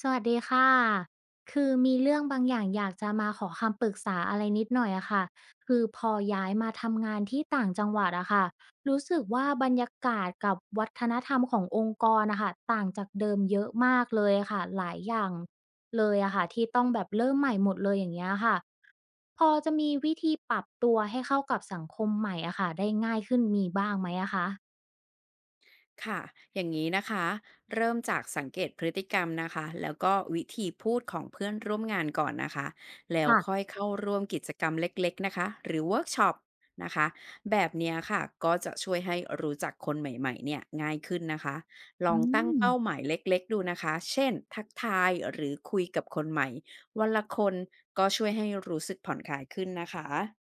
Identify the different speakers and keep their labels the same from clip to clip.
Speaker 1: สวัสดีค่ะคือมีเรื่องบางอย่างอยากจะมาขอคำปรึกษาอะไรนิดหน่อยอะค่ะคือพอย้ายมาทำงานที่ต่างจังหวัดอะค่ะรู้สึกว่าบรรยากาศกับวัฒนธรรมขององค์กรนะคะต่างจากเดิมเยอะมากเลยอะค่ะหลายอย่างเลยอะค่ะที่ต้องแบบเริ่มใหม่หมดเลยอย่างเงี้ยค่ะพอจะมีวิธีปรับตัวให้เข้ากับสังคมใหม่อะค่ะได้ง่ายขึ้นมีบ้างไหมอะคะ
Speaker 2: ค่ะอย่างนี้นะคะเริ่มจากสังเกตพฤติกรรมนะคะแล้วก็วิธีพูดของเพื่อนร่วมงานก่อนนะคะ แล้วค่อ
Speaker 1: ค่ะ
Speaker 2: ยเข้าร่วมกิจกรรมเล็กๆนะคะหรือเวิร์กช็อปนะคะแบบเนี้ยค่ะก็จะช่วยให้รู้จักคนใหม่ๆเนี่ยง่ายขึ้นนะคะล
Speaker 1: อื
Speaker 2: องตั้ง
Speaker 1: ม
Speaker 2: เป้าหมายเล็กๆดูนะคะเช่นทักทายหรือคุยกับคนใหม่วันละคนก็ช่วยให้รู้สึกผ่อนคลายขึ้นนะคะ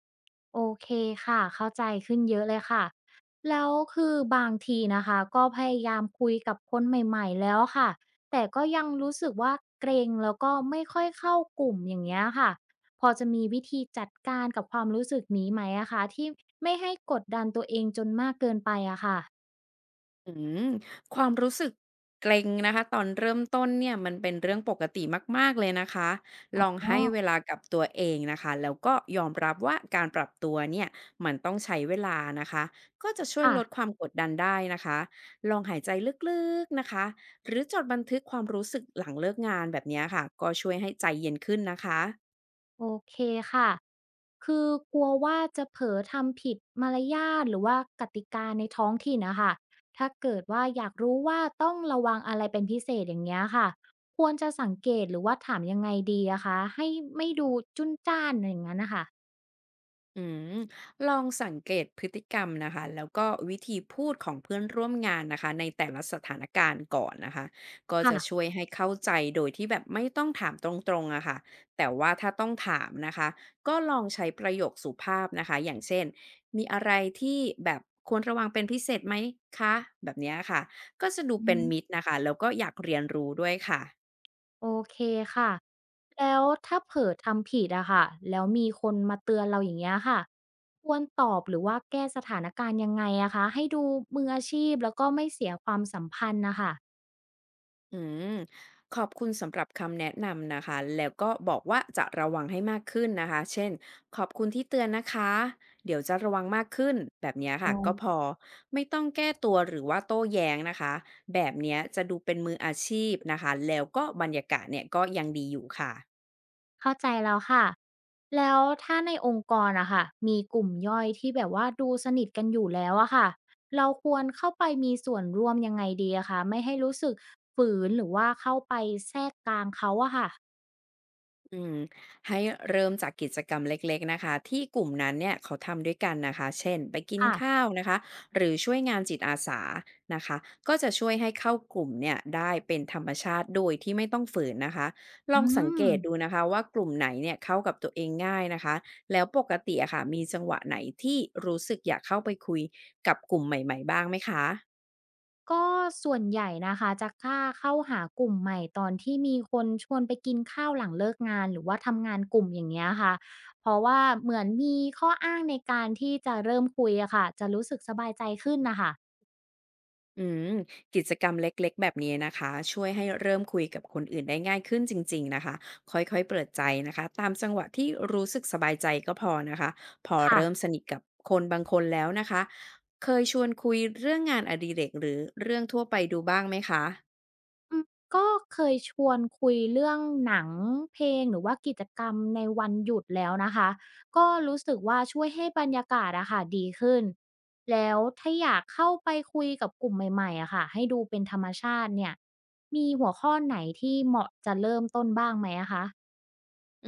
Speaker 1: โอเคค่ะเข้าใจขึ้นเยอะเลยค่ะแล้วคือบางทีนะคะก็พยายามคุยกับคนใหม่ๆแล้วค่ะแต่ก็ยังรู้สึกว่าเกรงแล้วก็ไม่ค่อยเข้ากลุ่มอย่างเงี้ยค่ะพอจะมีวิธีจัดการกับความรู้สึกนี้ไหมอะคะที่ไม่ให้กดดันตัวเองจนมากเกินไปอะค่ะ
Speaker 2: อืมความรู้สึกเกรงนะคะตอนเริ่มต้นเนี่ยมันเป็นเรื่องปกติมากๆเลยนะคะล
Speaker 1: อ
Speaker 2: อง
Speaker 1: ๋อ
Speaker 2: ให้เวลากับตัวเองนะคะแล้วก็ยอมรับว่าการปรับตัวเนี่ยมันต้องใช้เวลานะคะก็จะช่วย
Speaker 1: ค่ะ
Speaker 2: ลดความกดดันได้นะคะลองหายใจลึกๆนะคะหรือจดบันทึกความรู้สึกหลังเลิกงานแบบเนี้ยค่ะก็ช่วยให้ใจเย็นขึ้นนะคะ
Speaker 1: โอเคค่ะคือกลัวว่าจะเผลอทำผิดมารยาทหรือว่ากติกาในท้องถิ่นนะค่ะถ้าเกิดว่าอยากรู้ว่าต้องระวังอะไรเป็นพิเศษอย่างเงี้ยค่ะควรจะสังเกตหรือว่าถามยังไงดีอะคะให้ไม่ดูจุนจ้านอย่างนั้นนะคะ
Speaker 2: อืมลองสังเกตพฤติกรรมนะคะแล้วก็วิธีพูดของเพื่อนร่วมงานนะคะในแต่ละสถานการณ์ก่อนนะคะก็จะช่วย
Speaker 1: ค่ะ
Speaker 2: ให้เข้าใจโดยที่แบบไม่ต้องถามตรงๆอะค่ะแต่ว่าถ้าต้องถามนะคะก็ลองใช้ประโยคสุภาพนะคะอย่างเช่นมีอะไรที่แบบควรระวังเป็นพิเศษไหมคะแบบเนี้ยค่ะก็จะดู
Speaker 1: อื
Speaker 2: เป็น
Speaker 1: ม
Speaker 2: มิตรนะคะแล้วก็อยากเรียนรู้ด้วยค่ะ
Speaker 1: โอเคค่ะแล้วถ้าเผลอทำผิดอะค่ะแล้วมีคนมาเตือนเราอย่างเงี้ยค่ะควรตอบหรือว่าแก้สถานการณ์ยังไงอะคะให้ดูมืออาชีพแล้วก็ไม่เสียความสัมพันธ์นะคะ
Speaker 2: อืมขอบคุณสำหรับคำแนะนำนะคะแล้วก็บอกว่าจะระวังให้มากขึ้นนะคะเช่นขอบคุณที่เตือนนะคะเดี๋ยวจะระวังมากขึ้นแบบเนี้ย
Speaker 1: อ๋
Speaker 2: ค่ะ
Speaker 1: อ
Speaker 2: ก็พอไม่ต้องแก้ตัวหรือว่าโต้แย้งนะคะแบบเนี้ยจะดูเป็นมืออาชีพนะคะแล้วก็บรรยากาศเนี่ยก็ยังดีอยู่ค่ะ
Speaker 1: เข้าใจแล้วค่ะแล้วถ้าในองค์กรอะค่ะมีกลุ่มย่อยที่แบบว่าดูสนิทกันอยู่แล้วอะค่ะเราควรเข้าไปมีส่วนร่วมยังไงดีอะคะไม่ให้รู้สึกฝืนหรือว่าเข้าไปแทรกกลางเขาอะค่ะ
Speaker 2: อืมให้เริ่มจากกิจกรรมเล็กๆนะคะที่กลุ่มนั้นเนี่ยเขาทำด้วยกันนะคะเช่นไปกิน
Speaker 1: ค่ะ
Speaker 2: ข้าวนะคะหรือช่วยงานจิตอาสานะคะก็จะช่วยให้เข้ากลุ่มเนี่ยได้เป็นธรรมชาติโดยที่ไม่ต้องฝืนนะคะล
Speaker 1: อื
Speaker 2: องสังเก
Speaker 1: ม
Speaker 2: ตดูนะคะว่ากลุ่มไหนเนี่ยเข้ากับตัวเองง่ายนะคะแล้วปกติอะค่ะมีจังหวะไหนที่รู้สึกอยากเข้าไปคุยกับกลุ่มใหม่ๆบ้างไหมคะ
Speaker 1: ก็ส่วนใหญ่นะคะจะกล้าเข้าหากลุ่มใหม่ตอนที่มีคนชวนไปกินข้าวหลังเลิกงานหรือว่าทำงานกลุ่มอย่างเงี้ยค่ะเพราะว่าเหมือนมีข้ออ้างในการที่จะเริ่มคุยอะค่ะจะรู้สึกสบายใจขึ้นนะคะ
Speaker 2: อืมกิจกรรมเล็กๆแบบนี้นะคะช่วยให้เริ่มคุยกับคนอื่นได้ง่ายขึ้นจริงๆนะคะค่อยๆเปิดใจนะคะตามจังหวะที่รู้สึกสบายใจก็พอนะคะพอ
Speaker 1: ค่ะ
Speaker 2: เริ่มสนิทกับคนบางคนแล้วนะคะเคยชวนคุยเรื่องงานอดิเรกหรือเรื่องทั่วไปดูบ้างไหมคะ
Speaker 1: ก็เคยชวนคุยเรื่องหนังเพลงหรือว่ากิจกรรมในวันหยุดแล้วนะคะก็รู้สึกว่าช่วยให้บรรยากาศอะค่ะดีขึ้นแล้วถ้าอยากเข้าไปคุยกับกลุ่มใหม่ๆอะค่ะให้ดูเป็นธรรมชาติเนี่ยมีหัวข้อไหนที่เหมาะจะเริ่มต้นบ้างไหมอะคะ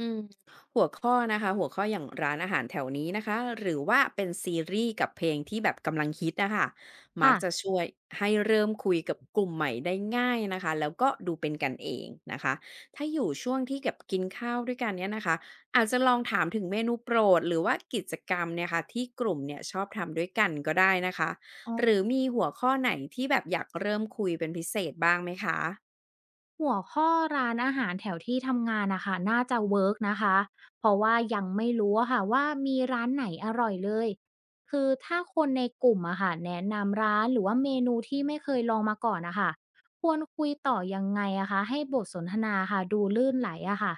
Speaker 2: อืมหัวข้อนะคะหัวข้ออย่างร้านอาหารแถวนี้นะคะหรือว่าเป็นซีรีส์กับเพลงที่แบบกำลังฮิตนะคะมักจะ
Speaker 1: ค่ะ
Speaker 2: ช่วยให้เริ่มคุยกับกลุ่มใหม่ได้ง่ายนะคะแล้วก็ดูเป็นกันเองนะคะถ้าอยู่ช่วงที่กบบกินข้าวด้วยกันเนี่ยนะคะอาจจะลองถามถึงเมนูโปรดหรือว่ากิจกรรมเนี่ยค่ะที่กลุ่มเนี่ยชอบทำด้วยกันก็ได้นะคะหรือมีหัวข้อไหนที่แบบอยากเริ่มคุยเป็นพิเศษบ้างไหมคะ
Speaker 1: หัวข้อร้านอาหารแถวที่ทำงานนะคะน่าจะเวิร์กนะคะเพราะว่ายังไม่รู้อะค่ะว่ามีร้านไหนอร่อยเลยคือถ้าคนในกลุ่มอะค่ะแนะนำร้านหรือว่าเมนูที่ไม่เคยลองมาก่อนนะคะควรคุยต่อยังไงอะคะให้บทสนทนาค่ะดูลื่นไหลอะค่ะ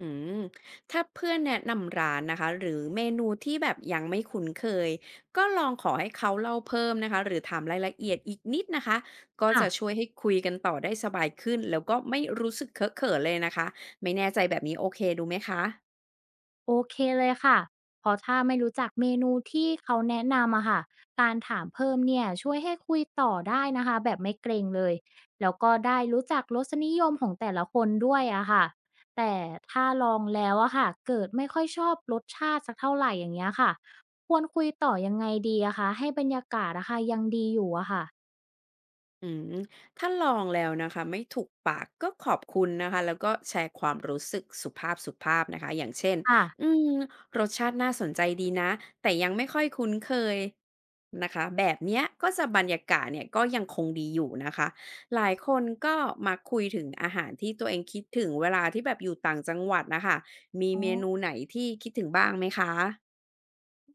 Speaker 2: อืมถ้าเพื่อนแนะนำร้านนะคะหรือเมนูที่แบบยังไม่คุ้นเคยก็ลองขอให้เขาเล่าเพิ่มนะคะหรือถามรายละเอียดอีกนิดนะคะก็
Speaker 1: ค่ะ
Speaker 2: จะช่วยให้คุยกันต่อได้สบายขึ้นแล้วก็ไม่รู้สึกเคอะเขินเลยนะคะไม่แน่ใจแบบนี้โอเคดูไหมคะ
Speaker 1: โอเคเลยค่ะเพราะถ้าไม่รู้จักเมนูที่เขาแนะนำอะค่ะ การถามเพิ่มเนี่ยช่วยให้คุยต่อได้นะคะแบบไม่เกรงเลย แล้วก็ได้รู้จักรสนิยมของแต่ละคนด้วยอะค่ะ แต่ถ้าลองแล้วอะค่ะเกิดไม่ค่อยชอบรสชาติสักเท่าไหร่อย่างเงี้ยค่ะควรคุยต่อยังไงดีอะคะให้บรรยากาศอะค่ะยังดีอยู่อะค่ะ
Speaker 2: อืมถ้าลองแล้วนะคะไม่ถูกปากก็ขอบคุณนะคะแล้วก็แชร์ความรู้สึกสุภาพสุภาพนะคะอย่างเช่น
Speaker 1: ค่ะ
Speaker 2: อืมรสชาติน่าสนใจดีนะแต่ยังไม่ค่อยคุ้นเคยนะคะแบบเนี้ยก็จะบรรยากาศเนี่ยก็ยังคงดีอยู่นะคะหลายคนก็มาคุยถึงอาหารที่ตัวเองคิดถึงเวลาที่แบบอยู่ต่างจังหวัดนะคะมี
Speaker 1: อ๋อ
Speaker 2: เมนูไหนที่คิดถึงบ้างไหมคะ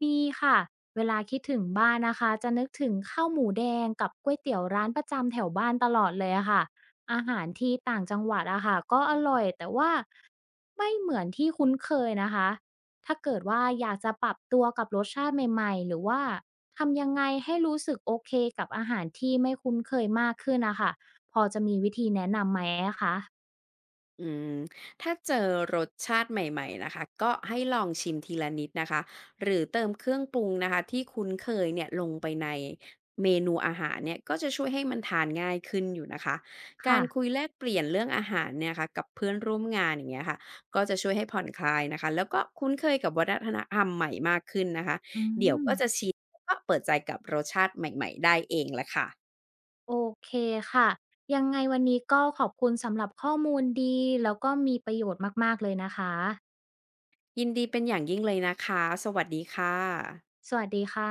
Speaker 1: มีค่ะเวลาคิดถึงบ้านนะคะจะนึกถึงข้าวหมูแดงกับก๋วยเตี๋ยวร้านประจำแถวบ้านตลอดเลยอะค่ะอาหารที่ต่างจังหวัดอะค่ะก็อร่อยแต่ว่าไม่เหมือนที่คุ้นเคยนะคะถ้าเกิดว่าอยากจะปรับตัวกับรสชาติใหม่ๆหรือว่าทำยังไงให้รู้สึกโอเคกับอาหารที่ไม่คุ้นเคยมากขึ้นนะคะพอจะมีวิธีแนะนำไหมอะคะ
Speaker 2: อืมถ้าเจอรสชาติใหม่ๆนะคะก็ให้ลองชิมทีละนิดนะคะหรือเติมเครื่องปรุงนะคะที่คุ้นเคยเนี่ยลงไปในเมนูอาหารเนี่ยก็จะช่วยให้มันทานง่ายขึ้นอยู่นะคะการคุย
Speaker 1: ค่ะ
Speaker 2: แลกเปลี่ยนเรื่องอาหารเนี่ยค่ะกับเพื่อนร่วมงานอย่างเงี้ยค่ะก็จะช่วยให้ผ่อนคลายนะคะแล้วก็คุ้นเคยกับวัฒนธรรมใหม่มากขึ้นนะคะ
Speaker 1: อื
Speaker 2: เดี๋ยว
Speaker 1: ม
Speaker 2: ก็จะชินแล้วก็เปิดใจกับรสชาติใหม่ๆได้เองแหละค่ะ
Speaker 1: โอเคค่ะยังไงวันนี้ก็ขอบคุณสำหรับข้อมูลดีแล้วก็มีประโยชน์มากๆเลยนะคะ
Speaker 2: ยินดีเป็นอย่างยิ่งเลยนะคะสวัสดีค่ะ
Speaker 1: สวัสดีค่ะ